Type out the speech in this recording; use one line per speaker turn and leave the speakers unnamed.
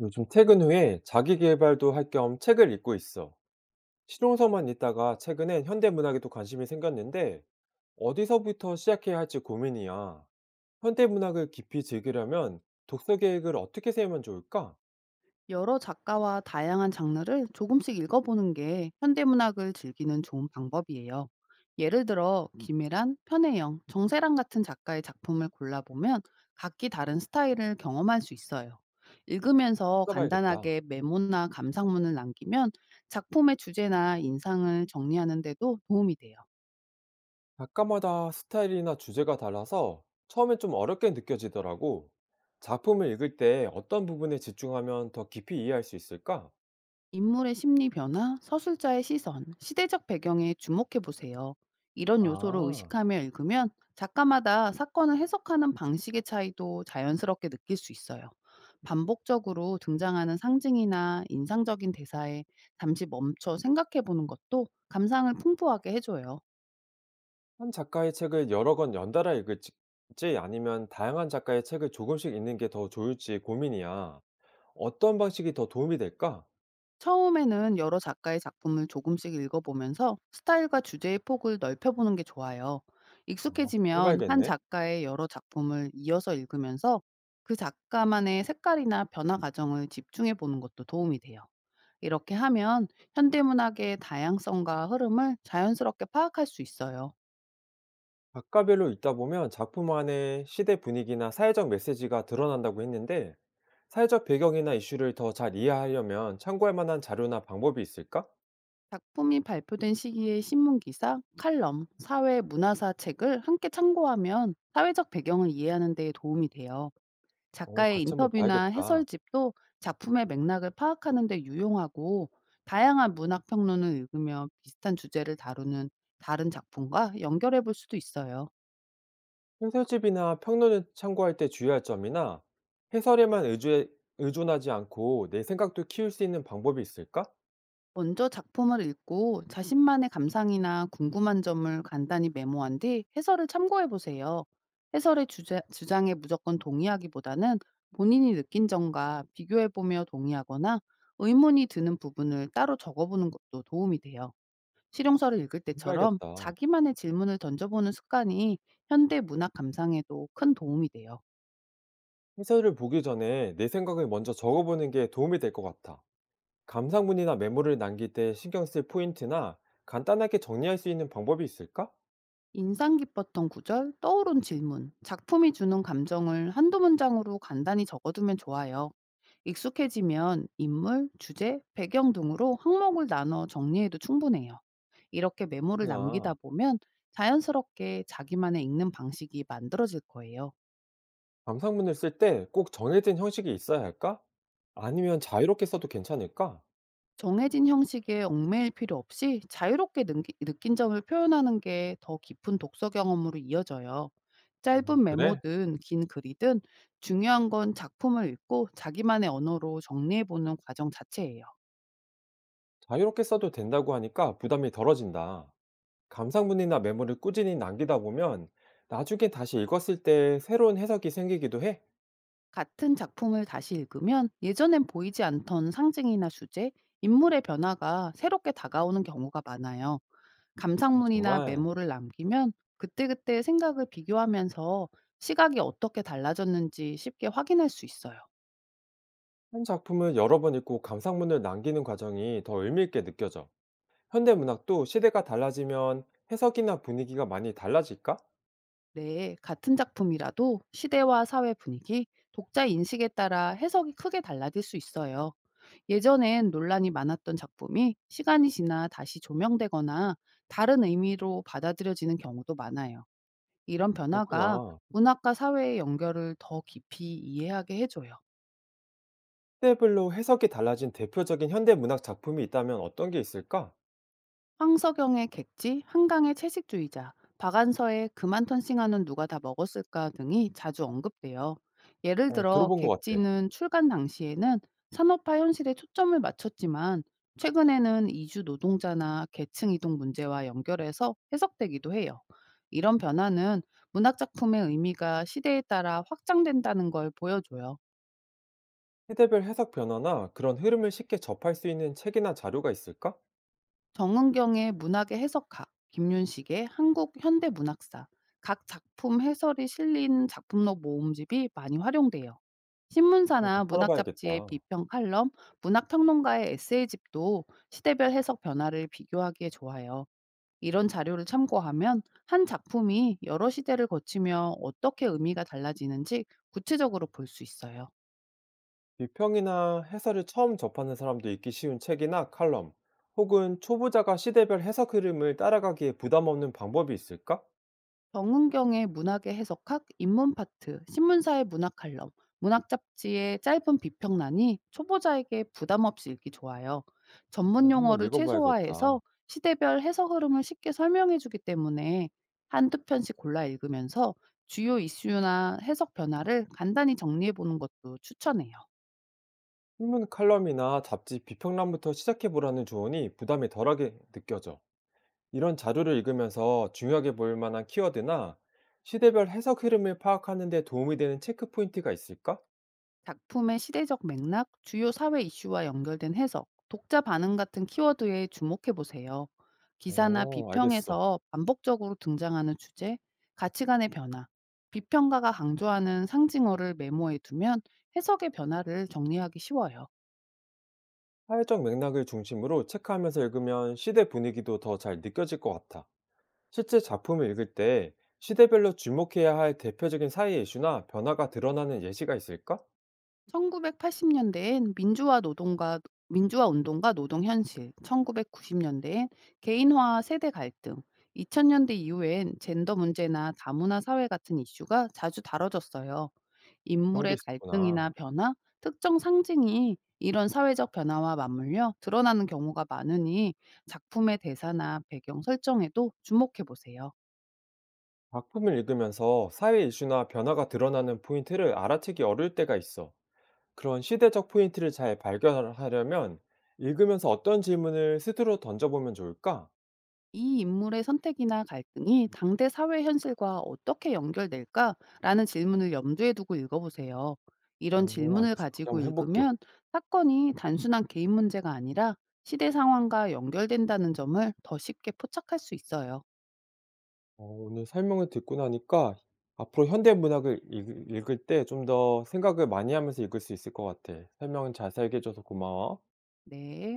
요즘 퇴근 후에 자기 계발도 할 겸 책을 읽고 있어. 실용서만 읽다가 최근엔 현대문학에도 관심이 생겼는데 어디서부터 시작해야 할지 고민이야. 현대문학을 깊이 즐기려면 독서 계획을 어떻게 세우면 좋을까?
여러 작가와 다양한 장르를 조금씩 읽어보는 게 현대문학을 즐기는 좋은 방법이에요. 예를 들어 김혜란, 편혜영, 정세란 같은 작가의 작품을 골라보면 각기 다른 스타일을 경험할 수 있어요. 읽으면서
써봐야겠다.
간단하게 메모나 감상문을 남기면 작품의 주제나 인상을 정리하는 데도 도움이 돼요.
작가마다 스타일이나 주제가 달라서 처음엔 좀 어렵게 느껴지더라고. 작품을 읽을 때 어떤 부분에 집중하면 더 깊이 이해할 수 있을까?
인물의 심리 변화, 서술자의 시선, 시대적 배경에 주목해 보세요. 이런 요소를
아.
의식하며 읽으면 작가마다 사건을 해석하는 방식의 차이도 자연스럽게 느낄 수 있어요. 반복적으로 등장하는 상징이나 인상적인 대사에 잠시 멈춰 생각해 보는 것도 감상을 풍부하게 해줘요.
한 작가의 책을 여러 권 연달아 읽을지 아니면 다양한 작가의 책을 조금씩 읽는 게 더 좋을지 고민이야. 어떤 방식이 더 도움이 될까?
처음에는 여러 작가의 작품을 조금씩 읽어보면서 스타일과 주제의 폭을 넓혀보는 게 좋아요.
아,
익숙해지면 한
해봐야겠네.
작가의 여러 작품을 이어서 읽으면서 그 작가만의 색깔이나 변화 과정을 집중해 보는 것도 도움이 돼요. 이렇게 하면 현대문학의 다양성과 흐름을 자연스럽게 파악할 수 있어요.
작가별로 읽다 보면 작품 안에 시대 분위기나 사회적 메시지가 드러난다고 했는데, 사회적 배경이나 이슈를 더 잘 이해하려면 참고할 만한 자료나 방법이 있을까?
작품이 발표된 시기의 신문기사, 칼럼, 사회 문화사 책을 함께 참고하면 사회적 배경을 이해하는 데 도움이 돼요.
어,
작가의
같이 한번
인터뷰나
봐야겠다.
해설집도 작품의 맥락을 파악하는 데 유용하고 다양한 문학 평론을 읽으며 비슷한 주제를 다루는 다른 작품과 연결해 볼 수도 있어요.
해설집이나 평론을 참고할 때 주의할 점이나 해설에만 의주 의존하지 않고 내 생각도 키울 수 있는 방법이 있을까?
먼저 작품을 읽고 자신만의 감상이나 궁금한 점을 간단히 메모한 뒤 해설을 참고해 보세요. 해설의 주제, 주장에 무조건 동의하기보다는 본인이 느낀 점과 비교해 보며 동의하거나 의문이 드는 부분을 따로 적어보는 것도 도움이 돼요. 실용서를 읽을 때처럼
해봐야겠다.
자기만의 질문을 던져보는 습관이 현대 문학 감상에도 큰 도움이 돼요.
해설을 보기 전에 내 생각을 먼저 적어보는 게 도움이 될 것 같아. 감상문이나 메모를 남길 때 신경 쓸 포인트나 간단하게 정리할 수 있는 방법이 있을까?
인상 깊었던 구절, 떠오른 질문, 작품이 주는 감정을 한두 문장으로 간단히 적어두면 좋아요. 익숙해지면 인물, 주제, 배경 등으로 항목을 나눠 정리해도 충분해요. 이렇게 메모를 남기다
그렇구나.
보면 자연스럽게 자기만의 읽는 방식이 만들어질 거예요.
감상문을 쓸 때 꼭 정해진 형식이 있어야 할까? 아니면 자유롭게 써도 괜찮을까?
정해진 형식에 얽매일 필요 없이 자유롭게 느낀 점을 표현하는 게 더 깊은 독서 경험으로 이어져요.
어,
짧은
그래.
메모든 긴 글이든 중요한 건 작품을 읽고 자기만의 언어로 정리해보는 과정 자체예요.
자유롭게 써도 된다고 하니까 부담이 덜어진다. 감상문이나 메모를 꾸준히 남기다 보면 나중에 다시 읽었을 때 새로운 해석이 생기기도 해.
같은 작품을 다시 읽으면 예전엔 보이지 않던 상징이나 주제, 인물의 변화가 새롭게 다가오는 경우가 많아요.
아,
감상문이나
정말
메모를 남기면 그때그때 생각을 비교하면서 시각이 어떻게 달라졌는지 쉽게 확인할 수 있어요.
한 작품을 여러 번 읽고 감상문을 남기는 과정이 더 의미 있게 느껴져. 현대 문학도 시대가 달라지면 해석이나 분위기가 많이 달라질까?
네, 같은 작품이라도 시대와 사회 분위기, 독자 인식에 따라 해석이 크게 달라질 수 있어요. 예전엔 논란이 많았던 작품이 시간이 지나 다시 조명되거나 다른 의미로 받아들여지는 경우도 많아요. 이런 변화가
그렇구나.
문학과 사회의 연결을 더 깊이 이해하게 해줘요.
시대별로 해석이 달라진 대표적인 현대 문학 작품이 있다면 어떤 게 있을까?
황석영의 객지, 한강의 채식주의자, 박안서의 그만 턴싱하는 누가 다 먹었을까 등이 자주 언급돼요. 예를
어,
들어
들어본 것 같아.
객지는 출간 당시에는 산업화 현실에 초점을 맞췄지만 최근에는 이주 노동자나 계층 이동 문제와 연결해서 해석되기도 해요. 이런 변화는 문학 작품의 의미가 시대에 따라 확장된다는 걸 보여줘요.
시대별 해석 변화나 그런 흐름을 쉽게 접할 수 있는 책이나 자료가 있을까?
정은경의 문학의 해석학, 김윤식의 한국 현대 문학사, 각 작품 해설이 실린 작품록 모음집이 많이 활용돼요.
어, 또
신문사나 문학
찾아봐야겠다.
잡지의 비평 칼럼, 문학 평론가의 에세이집도 시대별 해석 변화를 비교하기에 좋아요. 이런 자료를 참고하면 한 작품이 여러 시대를 거치며 어떻게 의미가 달라지는지 구체적으로 볼 수 있어요.
비평이나 해설을 처음 접하는 사람도 읽기 쉬운 책이나 칼럼, 혹은 초보자가 시대별 해석 흐름을 따라가기에 부담 없는 방법이 있을까?
정은경의 문학의 해석학, 인문 파트, 신문사의 문학 칼럼, 문학 잡지의 짧은 비평란이 초보자에게 부담 없이 읽기 좋아요. 전문
어, 한번
용어를
읽어 봐야겠다.
최소화해서 시대별 해석 흐름을 쉽게 설명해 주기 때문에 한두 편씩 골라 읽으면서 주요 이슈나 해석 변화를 간단히 정리해 보는 것도 추천해요.
신문 칼럼이나 잡지 비평란부터 시작해 보라는 조언이 부담이 덜하게 느껴져. 이런 자료를 읽으면서 중요하게 볼 만한 키워드나 시대별 해석 흐름을 파악하는 데 도움이 되는 체크 포인트가 있을까?
작품의 시대적 맥락, 주요 사회 이슈와 연결된 해석, 독자 반응 같은 키워드에 주목해 보세요. 기사나
어, 알겠어.
비평에서 반복적으로 등장하는 주제, 가치관의 변화, 비평가가 강조하는 상징어를 메모해 두면 해석의 변화를 정리하기 쉬워요.
사회적 맥락을 중심으로 체크하면서 읽으면 시대 분위기도 더 잘 느껴질 것 같아. 실제 작품을 읽을 때 시대별로 주목해야 할 대표적인 사회 이슈나 변화가 드러나는 예시가 있을까?
1980 년대엔 민주화 노동과 민주화 운동과 노동 현실, 1990 년대엔 개인화와 세대 갈등, 2000 년대 이후엔 젠더 문제나 다문화 사회 같은 이슈가 자주 다뤄졌어요.
그런 게
인물의 갈등이나
있었구나.
변화, 특정 상징이 이런 사회적 변화와 맞물려 드러나는 경우가 많으니 작품의 대사나 배경 설정에도 주목해 보세요.
작품을 읽으면서 사회 이슈나 변화가 드러나는 포인트를 알아채기 어려울 때가 있어. 그런 시대적 포인트를 잘 발견하려면 읽으면서 어떤 질문을 스스로 던져보면 좋을까?
이 인물의 선택이나 갈등이 당대 사회 현실과 어떻게 연결될까라는 질문을 염두에 두고 읽어보세요. 이런
어,
질문을
알겠어. 그렇게
가지고
한번 해볼게.
읽으면 사건이 단순한 개인 문제가 아니라 시대 상황과 연결된다는 점을 더 쉽게 포착할 수 있어요.
어, 오늘 설명을 듣고 나니까 앞으로 현대 문학을 읽을 때 좀 더 생각을 많이 하면서 읽을 수 있을 것 같아. 설명 자세하게 해줘서 고마워.
네.